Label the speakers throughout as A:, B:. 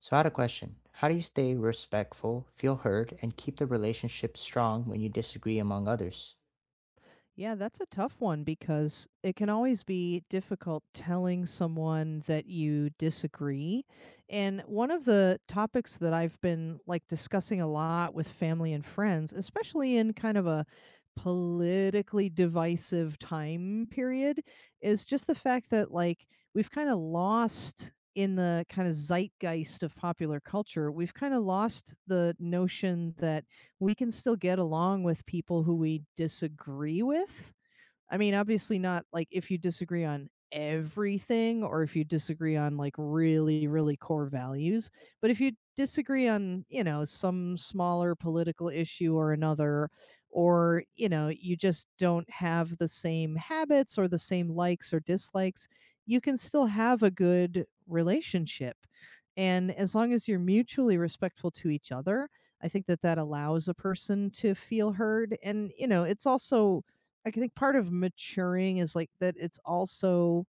A: So I had a question. How do you stay respectful, feel heard, and keep the relationship strong when you disagree among others?
B: Yeah, that's a tough one because it can always be difficult telling someone that you disagree. And one of the topics that I've been like discussing a lot with family and friends, especially in kind of a politically divisive time period, is just the fact that like we've kind of lost in the kind of zeitgeist of popular culture, we've kind of lost the notion that we can still get along with people who we disagree with. I mean, obviously not like if you disagree on everything or if you disagree on like really, really core values, but if you disagree on, you know, some smaller political issue or another, or, you know, you just don't have the same habits or the same likes or dislikes, you can still have a good relationship. And as long as you're mutually respectful to each other, I think that that allows a person to feel heard. And, you know, it's also, I think part of maturing is like that it's also,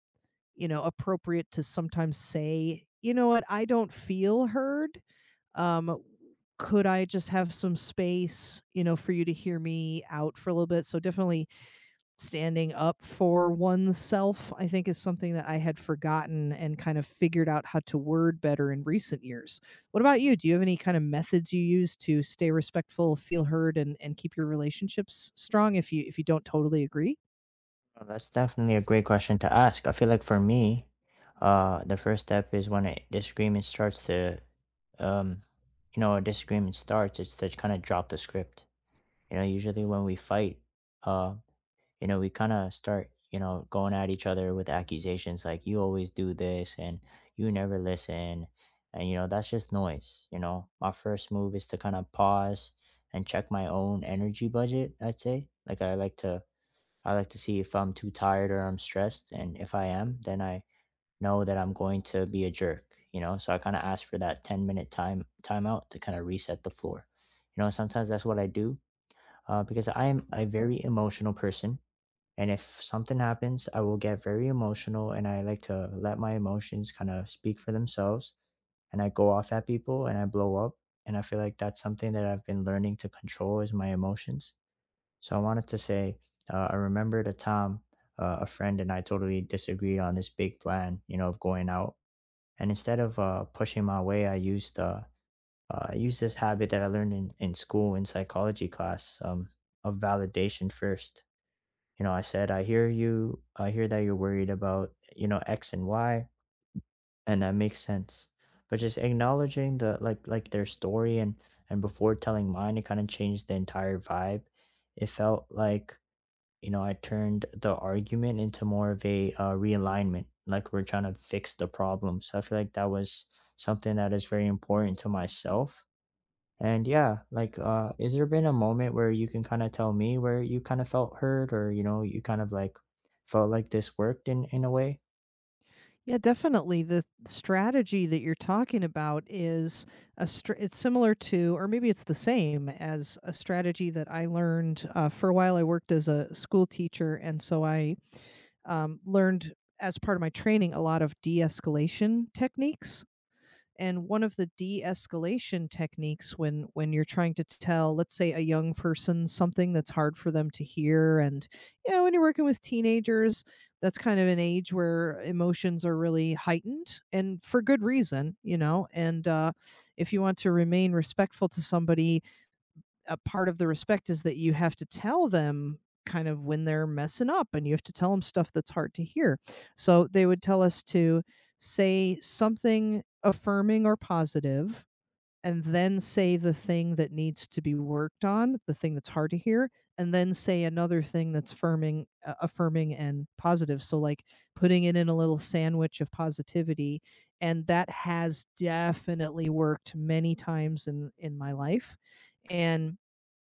B: you know, appropriate to sometimes say, you know what, I don't feel heard. Um, could I just have some space, you know, for you to hear me out for a little bit? So definitely standing up for oneself, I think, is something that I had forgotten and kind of figured out how to word better in recent years. What about you? Do you have any kind of methods you use to stay respectful, feel heard, and keep your relationships strong if you don't totally agree?
A: That's definitely a great question to ask. I feel like for me, the first step is when a disagreement starts to, um, you know, a disagreement starts, it's to kind of drop the script. You know, usually when we fight, uh, you know, we kind of start, you know, going at each other with accusations like you always do this and you never listen. And, you know, that's just noise. You know, my first move is to kind of pause and check my own energy budget, I'd say. I like to see if I'm too tired or I'm stressed. And if I am, then I know that I'm going to be a jerk, you know? So I kind of ask for that 10-minute time timeout to kind of reset the floor. You know, sometimes that's what I do because I am a very emotional person, and if something happens, I will get very emotional and I like to let my emotions kind of speak for themselves. And I go off at people and I blow up. And I feel like that's something that I've been learning to control is my emotions. So I wanted to say, I remembered a time a friend and I totally disagreed on this big plan, you know, of going out. And instead of pushing my way, I used this habit that I learned in school in psychology class, of validation first. You know, I said, I hear you. I hear that you're worried about, you know, X and Y, and that makes sense. But just acknowledging the like their story and before telling mine, it kind of changed the entire vibe. It felt like, you know, I turned the argument into more of a realignment, like we're trying to fix the problem. So I feel like that was something that is very important to myself. And yeah, like, is there been a moment where you can kind of tell me where you kind of felt hurt or, you know, you kind of like felt like this worked in a way?
B: Yeah, definitely. The strategy that you're talking about is it's similar to, or maybe it's the same as a strategy that I learned for a while. I worked as a school teacher, and so I learned as part of my training a lot of de-escalation techniques. And one of the de-escalation techniques, when you're trying to tell, let's say, a young person something that's hard for them to hear, and you know, when you're working with teenagers, that's kind of an age where emotions are really heightened and for good reason, you know. And if you want to remain respectful to somebody, a part of the respect is that you have to tell them kind of when they're messing up, and you have to tell them stuff that's hard to hear. So they would tell us to say something affirming or positive, and then say the thing that needs to be worked on, the thing that's hard to hear, and then say another thing that's affirming, affirming and positive. So like putting it in a little sandwich of positivity, and that has definitely worked many times in my life. And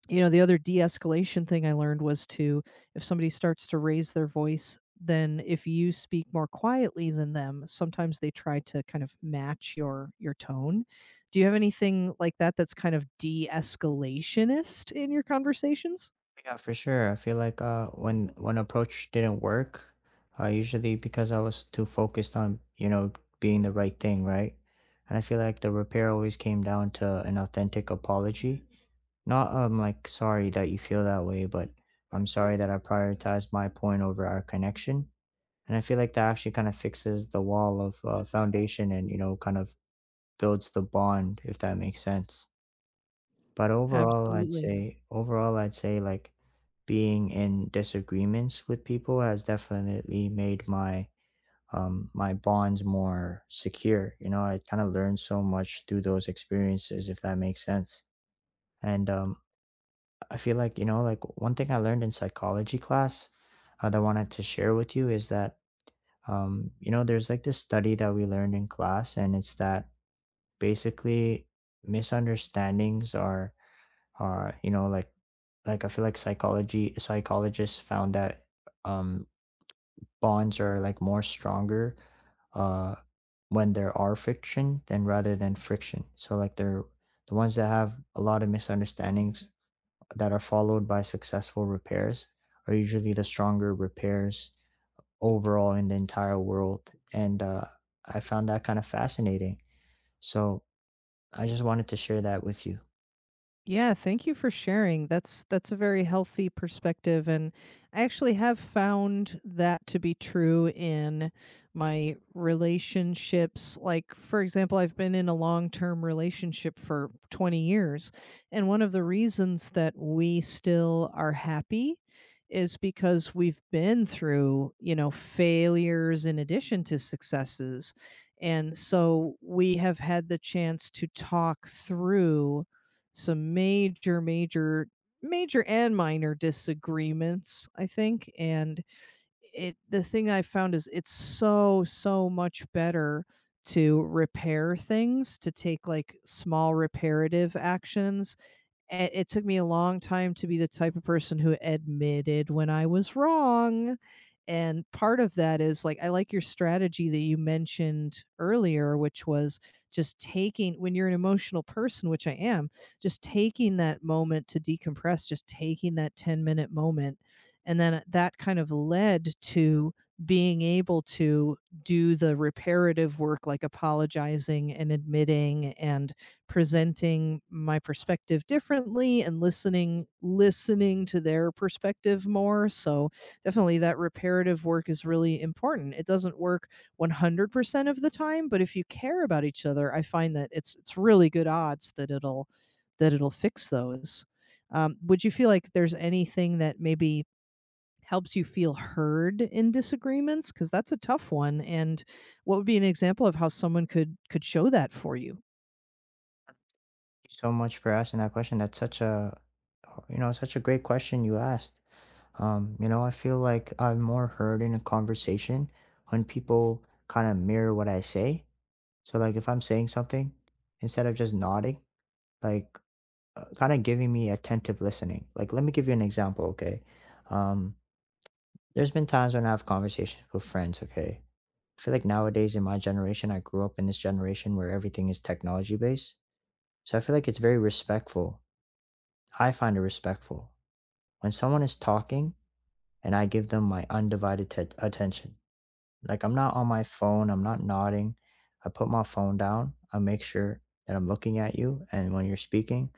B: you know, the other de-escalation thing I learned was to, if somebody starts to raise their voice, then if you speak more quietly than them, sometimes they try to kind of match your tone. Do you have anything like that that's kind of de-escalationist in your conversations?
A: Yeah, for sure. I feel like when one approach didn't work, usually because I was too focused on, you know, being the right thing, right? And I feel like the repair always came down to an authentic apology. Not like sorry that you feel that way, but I'm sorry that I prioritized my point over our connection. And I feel like that actually kind of fixes the wall of foundation and, you know, kind of builds the bond, if that makes sense. But overall, I'd
B: Absolutely.
A: say overall, I'd say like being in disagreements with people has definitely made my bonds more secure. You know, I kind of learned so much through those experiences, if that makes sense. And I feel like, you know, like one thing I learned in psychology class that I wanted to share with you is that, you know, there's like this study that we learned in class, and it's that basically misunderstandings are you know, like I feel like psychology psychologists found that um bonds are like more stronger uh when there are friction than rather than friction, so like the ones that have a lot of misunderstandings that are followed by successful repairs are usually the stronger repairs overall in the entire world. And I found that kind of fascinating, so I just wanted to share that with you.
B: Yeah, thank you for sharing. That's a very healthy perspective, and I actually have found that to be true in my relationships. Like for example, I've been in a long-term relationship for 20 years, and one of the reasons that we still are happy is because we've been through, you know, failures in addition to successes. And so we have had the chance to talk through some major, major, major and minor disagreements, I think, and it the thing I found is it's so, so much better to repair things, to take, like, small reparative actions. It took me a long time to be the type of person who admitted when I was wrong. And part of that is like, I like your strategy that you mentioned earlier, which was just taking, when you're an emotional person, which I am, just taking that moment to decompress, just taking that 10-minute moment. And then that kind of led to being able to do the reparative work, like apologizing and admitting and presenting my perspective differently and listening to their perspective more. So definitely that reparative work is really important. It doesn't work 100% of the time, but if you care about each other, I find that it's really good odds that it'll fix those. Would you feel like there's anything that maybe helps you feel heard in disagreements, because that's a tough one, and what would be an example of how someone could show that for you?
A: You so much for asking that question. That's such a, you know, such a great question you asked. You know, I feel like I'm more heard in a conversation when people kind of mirror what I say. So like if I'm saying something, instead of just nodding, like kind of giving me attentive listening. Like let me give you an example, okay? Um, there's been times when I have conversations with friends, okay? I feel like nowadays in my generation, I grew up in this generation where everything is technology based. So I feel like it's very respectful. I find it respectful. When someone is talking and I give them my undivided attention, like I'm not on my phone, I'm not nodding. I put my phone down, I make sure that I'm looking at you. And when you're speaking,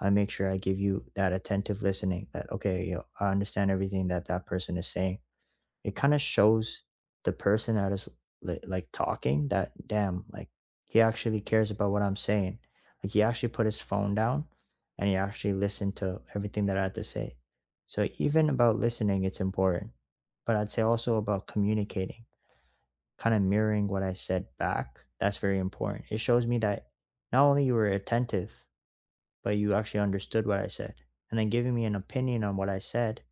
A: I make sure I give you that attentive listening that, okay, you know, I understand everything that that person is saying. It kind of shows the person that is like talking that, damn, like he actually cares about what I'm saying, like he actually put his phone down and he actually listened to everything that I had to say. So even about listening, it's important, but I'd say also about communicating, kind of mirroring what I said back. That's very important. It shows me that not only you were attentive, but you actually understood what I said. And then giving me an opinion on what I said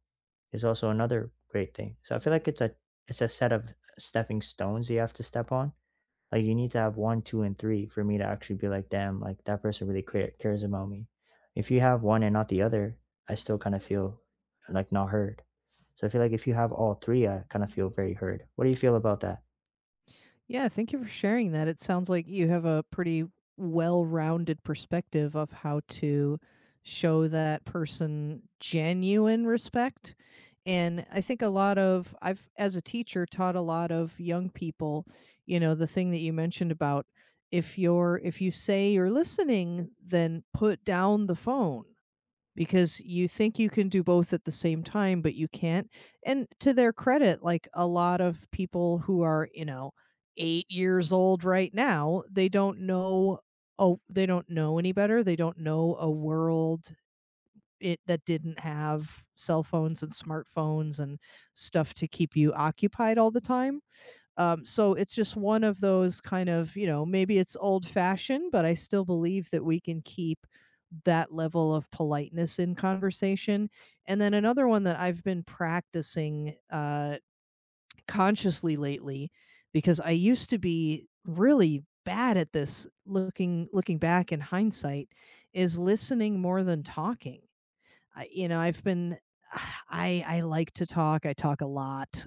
A: is also another great thing. So I feel like it's a set of stepping stones you have to step on. Like you need to have one, two, and three for me to actually be like, damn, like that person really cares about me. If you have one and not the other, I still kind of feel like not heard. So I feel like if you have all three, I kind of feel very heard. What do you feel about that?
B: Yeah, thank you for sharing that. It sounds like you have a pretty well-rounded perspective of how to show that person genuine respect. And I think a lot of I've as a teacher, taught a lot of young people, you know, the thing that you mentioned about, if you're if you say you're listening, then put down the phone, because you think you can do both at the same time, but you can't. And to their credit, like a lot of people who are, you know, 8 years old right now, they don't know, oh they don't know any better. They don't know a world it that didn't have cell phones and smartphones and stuff to keep you occupied all the time. So it's just one of those kind of, you know, maybe it's old fashioned, but I still believe that we can keep that level of politeness in conversation. And then another one that I've been practicing consciously lately, because I used to be really bad at this, looking back in hindsight, is listening more than talking. I, you know, I've been I like to talk, I talk a lot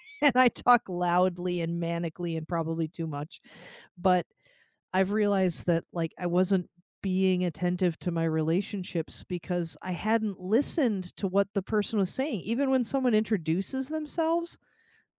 B: and I talk loudly and manically and probably too much. But I've realized that like I wasn't being attentive to my relationships because I hadn't listened to what the person was saying. Even when someone introduces themselves,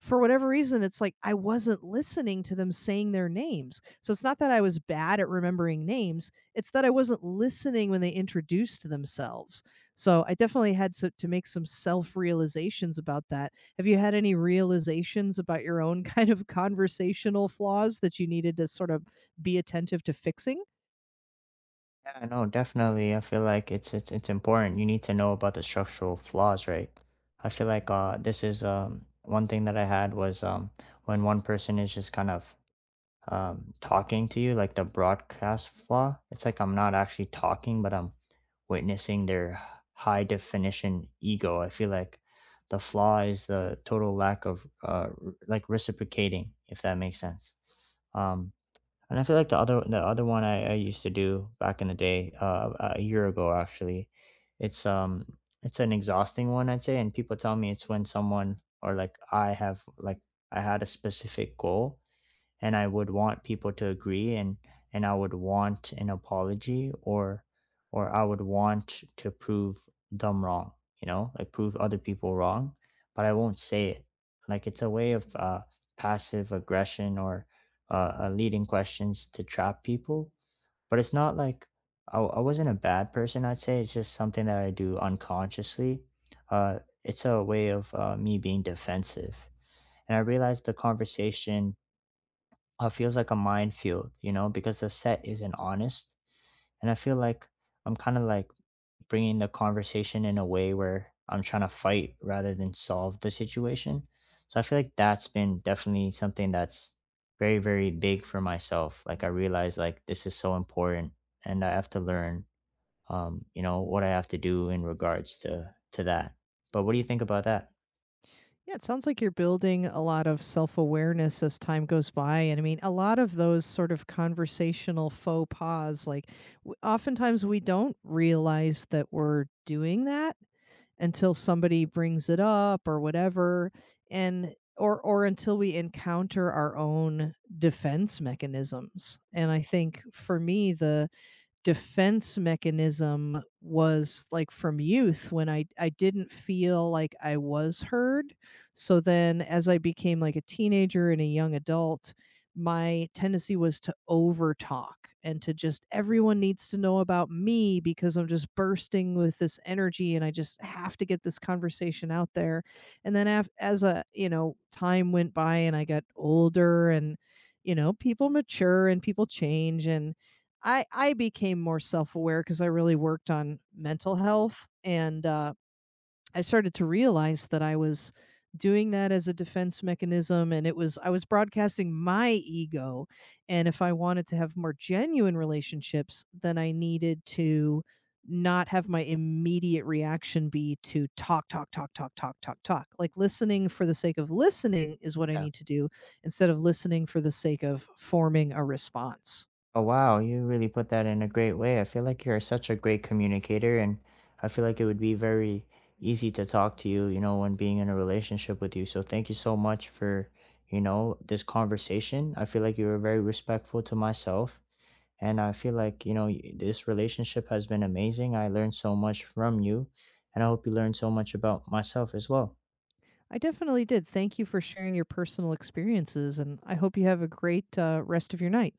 B: for whatever reason, it's like I wasn't listening to them saying their names. So it's not that I was bad at remembering names, it's that I wasn't listening when they introduced themselves. So I definitely had to, make some self realizations about that. Have you had any realizations about your own kind of conversational flaws that you needed to sort of be attentive to fixing?
A: Yeah, no, definitely. I feel like it's important. You need to know about the structural flaws, right? I feel like this is one thing that I had was, when one person is just kind of, talking to you, like the broadcast flaw. It's like I'm not actually talking, but I'm witnessing their high definition ego. I feel like the flaw is the total lack of like reciprocating, if that makes sense. Um, and I feel like the other one I used to do back in the day, a year ago actually, it's um it's an exhausting one, I'd say, and people tell me it's when someone or like I have like I had a specific goal and I would want people to agree, and I would want an apology, or I would want to prove them wrong, you know, like prove other people wrong, but I won't say it. Like it's a way of passive aggression, or leading questions to trap people, but it's not like I wasn't a bad person. I'd say it's just something that I do unconsciously. It's a way of me being defensive. And I realized the conversation, feels like a minefield, you know, because the set isn't honest. And I feel like I'm kind of like bringing the conversation in a way where I'm trying to fight rather than solve the situation. So I feel like that's been definitely something that's very, very big for myself. Like I realize like this is so important and I have to learn, you know, what I have to do in regards to that. But what do you think about that?
B: Yeah, it sounds like you're building a lot of self awareness as time goes by. And I mean, a lot of those sort of conversational faux pas, like oftentimes we don't realize that we're doing that until somebody brings it up or whatever. Or until we encounter our own defense mechanisms. And I think for me, the defense mechanism was like from youth when I didn't feel like I was heard. So then as I became like a teenager and a young adult, my tendency was to overtalk and to just, everyone needs to know about me, because I'm just bursting with this energy and I just have to get this conversation out there. And then as a, you know, time went by and I got older, and you know, people mature and people change, and I became more self-aware because I really worked on mental health. And I started to realize that I was doing that as a defense mechanism, and it was, I was broadcasting my ego. And if I wanted to have more genuine relationships, then I needed to not have my immediate reaction be to talk talk talk talk talk talk talk, like listening for the sake of listening is what I need to do instead of listening for the sake of forming a response.
A: Oh, wow. You really put that in a great way. I feel like you're such a great communicator, and I feel like it would be very easy to talk to you, you know, when being in a relationship with you. So thank you so much for, you know, this conversation. I feel like you were very respectful to myself, and I feel like, you know, this relationship has been amazing. I learned so much from you, and I hope you learned so much about myself as well.
B: I definitely did. Thank you for sharing your personal experiences, and I hope you have a great rest of your night.